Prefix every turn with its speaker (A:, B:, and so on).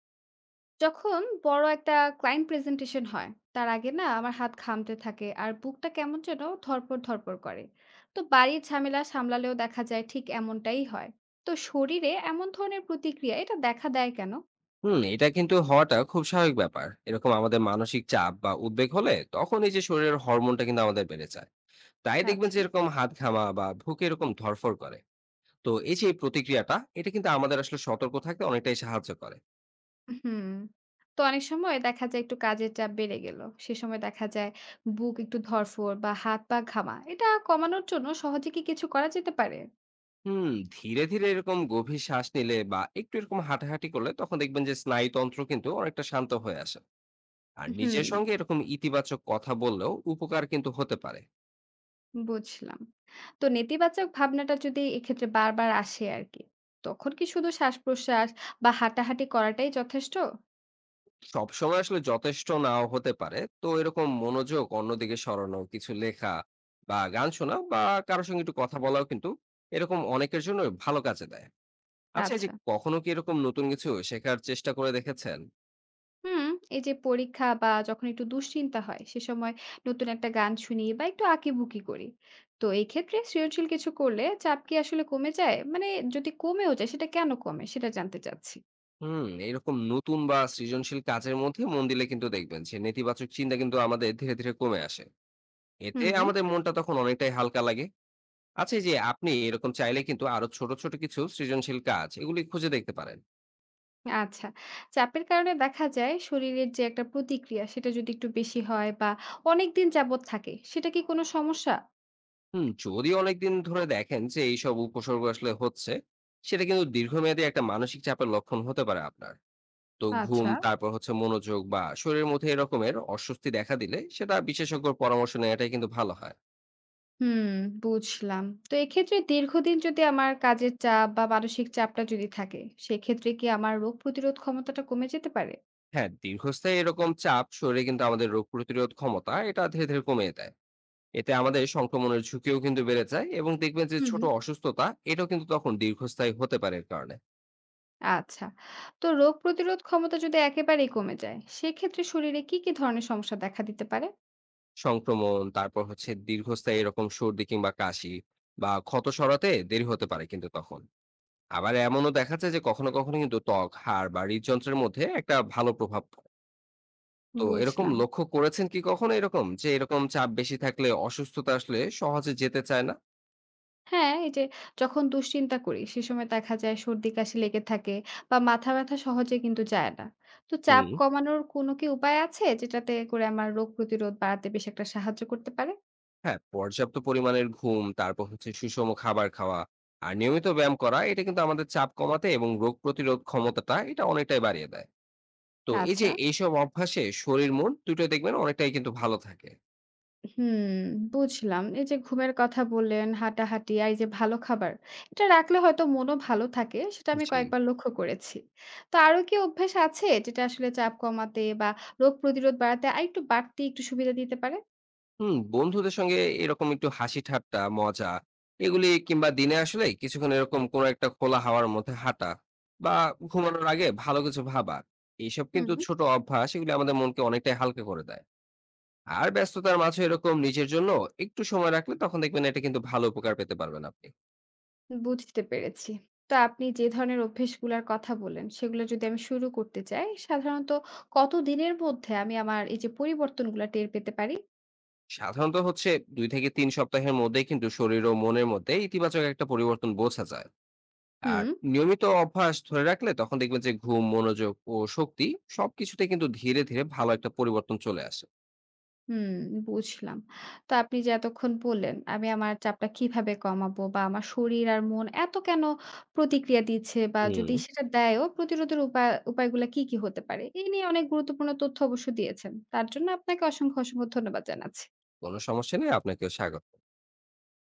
A: যখন বড় একটা ক্লায়েন্ট প্রেজেন্টেশন হয় তার আগে না আমার হাত ঘামতে থাকে আর বুকটা কেমন যেন ধরপড় ধরপড় করে। তো বাড়ির ঝামেলা সামলালেও দেখা যায় ঠিক এমনটাই হয়। তো শরীরে এমন ধরনের প্রতিক্রিয়া এটা দেখা দেয় কেন?
B: হুম, এটা কিন্তু হওয়াটা খুব স্বাভাবিক ব্যাপার। এরকম আমাদের মানসিক চাপ বা উদ্বেগ হলে তখন এই যে শরীরের হরমোনটা কিন্তু আমাদের বেড়ে যায়। তাই দেখবেন
A: আচ্ছা।
B: যে এরকম হাত ঘামা বা বুকে এরকম ধড়ফড় করে। তো এই যে এই প্রতিক্রিয়াটা এটা কিন্তু আমাদের আসলে সতর্ক থাকতে অনেকটাই সাহায্য করে।
A: হুম। তো অনেক সময় দেখা যায় একটু কাজের চাপ বেড়ে গেল, সে সময় দেখা যায় বুক একটু ধরফর বা হাত পা ঘামা এটা কমানোর জন্য সহজে কি কিছু করা যেতে পারে?
B: হুম, ধীরে, ধীরে এরকম গভীর শ্বাস নিলে বা একটু এরকম হাঁটাহাঁটি করলে তখন দেখবেন যে স্নায়ুতন্ত্র কিন্তু অনেকটা শান্ত হয়ে আসে। আর
A: হুম,
B: নিজের সঙ্গে এরকম ইতিবাচক কথা বললেও উপকার কিন্তু হতে পারে।
A: বুঝলাম। তো নেতিবাচক ভাবনাটা যদি এক্ষেত্রে বারবার আসে আরকি, তখন কি শুধু শ্বাস-প্রশ্বাস বা হাঁটাহাঁটি করাটাই যথেষ্ট?
B: সবসময় আসলে যথেষ্ট নাও হতে পারে, তো এরকম মনোযোগ অন্যদিকে সরানো, কিছু লেখা বা গান শোনা বা কারোর সঙ্গে একটু কথা বলাও কিন্তু এরকম অনেকের জন্য ভালো কাজে দেয়। আচ্ছা, এই যে
A: আচ্ছা।
B: কখনো কি এরকম নতুন কিছু শেখার চেষ্টা করে দেখেছেন?
A: হুম, এই যে পরীক্ষা বা যখন একটু দুশ্চিন্তা হয়, সে সময় নতুন একটা গান শুনি বা একটু আঁকিবুকি করি। তো এই ক্ষেত্রে সৃজনশীল কিছু করলে চাপ কি আসলে কমে যায়? মানে যদি কমেও যায় সেটা কেন কমে? সেটা জানতে চাচ্ছি।
B: হুম, এরকম নতুন বা সৃজনশীল কাজের মধ্যে মন দিলে কিন্তু দেখবেন যে নেতিবাচক চিন্তা কিন্তু আমাদের ধীরে ধীরে কমে আসে। এতে
A: হুম।
B: আমাদের মনটা তখন অনেকটাই হালকা লাগে। আচ্ছা, এই যে আপনি এরকম চাইলে কিন্তু আরো ছোট ছোট কিছু সৃজনশীল কাজ এগুলি খুঁজে দেখতে পারেন।
A: আচ্ছা। চাপের কারণে দেখা যায় শরীরের যে একটা প্রতিক্রিয়া সেটা যদি একটু বেশি হয় বা অনেকদিন যাবৎ থাকে সেটা কি কোনো সমস্যা?
B: হুম, যদি অনেকদিন ধরে দেখেন যে এইসব উপসর্গ আসলে হচ্ছে, সেটা কিন্তু দীর্ঘমেয়াদী একটা মানসিক চাপের লক্ষণ হতে পারে আপনার। তো ঘুম,
A: আচ্ছা।
B: তারপর হচ্ছে মনোযোগ বা শরীরের মধ্যে এরকমের অস্বস্তি দেখা দিলে সেটা বিশেষজ্ঞর পরামর্শ নেওয়াটাই কিন্তু ভালো হয়।
A: হুম, বুঝলাম। তো এক্ষেত্রে দীর্ঘদিন যদি আমার কাজের চাপ বা মানসিক চাপটা যদি থাকে সেক্ষেত্রে কি আমার রোগ প্রতিরোধ ক্ষমতাটা কমে যেতে পারে?
B: হ্যাঁ, দীর্ঘস্থায়ী এরকম চাপ শরীরে কিন্তু আমাদের রোগ প্রতিরোধ ক্ষমতা এটা ধীরে, ধীরে কমিয়ে দেয়। এতে আমাদের সংক্রমণের ঝুঁকিও কিন্তু বেড়ে যায় এবং দেখবেন যে
A: হুম,
B: ছোট
A: হুম।
B: অসুস্থতা এটাও কিন্তু তখন দীর্ঘস্থায়ী হতে পারে এর কারণে।
A: আচ্ছা। তো রোগ প্রতিরোধ ক্ষমতা যদি একেবারেই কমে যায় সেক্ষেত্রে শরীরে কি, কি ধরনের সমস্যা দেখা দিতে পারে?
B: সংক্রমণ, তারপর হচ্ছে দীর্ঘস্থায়ী এরকম সর্দি কিংবা কাশি বা ক্ষত সরাতে দেরি হতে পারে কিন্তু তখন। আবার এমনও দেখা যায় যে কখনো, কখনো কিন্তু ত্বক, হাড় বা হৃদযন্ত্রের মধ্যে একটা ভালো প্রভাব পড়ে। তো এরকম
A: বুঝলাম।
B: লক্ষ্য করেছেন কি কখনো এরকম? যে এরকম চাপ বেশি থাকলে অসুস্থতা আসলে সহজে যেতে চায় না?
A: হ্যাঁ, এই যে যখন দুশ্চিন্তা করি সে সময় দেখা যায় সর্দি কাশি লেগে থাকে বা মাথা ব্যথা সহজে কিন্তু যায় না। তো চাপ
B: হুম।
A: কমানোর কোনো কি উপায় আছে যেটাতে করে আমার রোগ প্রতিরোধ বাড়াতে বেশ একটা সাহায্য করতে পারে?
B: হ্যাঁ, পর্যাপ্ত পরিমাণের ঘুম, তারপর হচ্ছে সুষম খাবার খাওয়া আর নিয়মিত ব্যায়াম করা এটা কিন্তু আমাদের চাপ কমাতে এবং রোগ প্রতিরোধ ক্ষমতাটা এটা অনেকটাই বাড়িয়ে দেয়। তো এই যে
A: আচ্ছা।
B: এইসব অভ্যাসে শরীর মন দুটোই দেখবেন অনেকটাই কিন্তু ভালো থাকে।
A: হুম, বুঝলাম। এই যে ঘুমের কথা বললেন, হাঁটাহাঁটি আর এই যে ভালো খাবার, এটা রাখলে হয়তো মনও ভালো থাকে সেটা আমি
B: জি।
A: কয়েকবার লক্ষ্য করেছি। তো আরো কি অভ্যাস আছে যেটা আসলে চাপ কমাতে বা রোগ প্রতিরোধ বাড়াতে আরেকটু বাড়তি একটু সুবিধা দিতে পারে?
B: হুম, বন্ধুদের সঙ্গে এরকম একটু হাসি ঠাট্টা, মজা এগুলি কিংবা দিনে আসলে কিছুক্ষণ এরকম কোনো একটা খোলা হাওয়ার মধ্যে হাঁটা বা ঘুমানোর আগে ভালো কিছু ভাবা। এইসব কিন্তু
A: হুম।
B: ছোট অভ্যাস এগুলি আমাদের মনকে অনেকটাই হালকা করে দেয়। আর ব্যস্ততার মাঝে এরকম নিজের জন্য একটু সময় রাখলে তখন দেখবেন এটা কিন্তু ভালো উপকার পেতে পারবেন আপনি।
A: বুঝতে পেরেছি। তো আপনি যে ধরনের অভ্যেসগুলার কথা বললেন, সেগুলো যদি আমি শুরু করতে চাই, সাধারণত কতদিনের মধ্যে আমি আমার এই যে পরিবর্তনগুলা টের পেতে পারি?
B: সাধারণত হচ্ছে ২ থেকে ৩ সপ্তাহের মধ্যেই কিন্তু শরীর ও মনের মধ্যে ইতিবাচক একটা পরিবর্তন বোঝা যায়। আর
A: হুম,
B: নিয়মিত অভ্যাস ধরে রাখলে তখন দেখবেন যে ঘুম, মনোযোগ ও শক্তি সবকিছুতে কিন্তু ধীরে ধীরে ভালো একটা পরিবর্তন চলে আসে।
A: হুম, বুঝলাম। তো আপনি যে এতক্ষণ বললেন, আমি আমার চাপটা কিভাবে কমাবো বা আমার শরীর আর মন এত কেন প্রতিক্রিয়া দিচ্ছে বা
B: হুম।
A: যদি সেটা দেয়ও, প্রতিরোধের উপায়গুলা কি, কি হতে পারে? এই নিয়ে অনেক গুরুত্বপূর্ণ তথ্য অবশ্য দিয়েছেন। তার জন্য আপনাকে অসংখ্য, অসংখ্য ধন্যবাদ জানাচ্ছি।
B: কোনো সমস্যা নেই, আপনাকেও স্বাগত।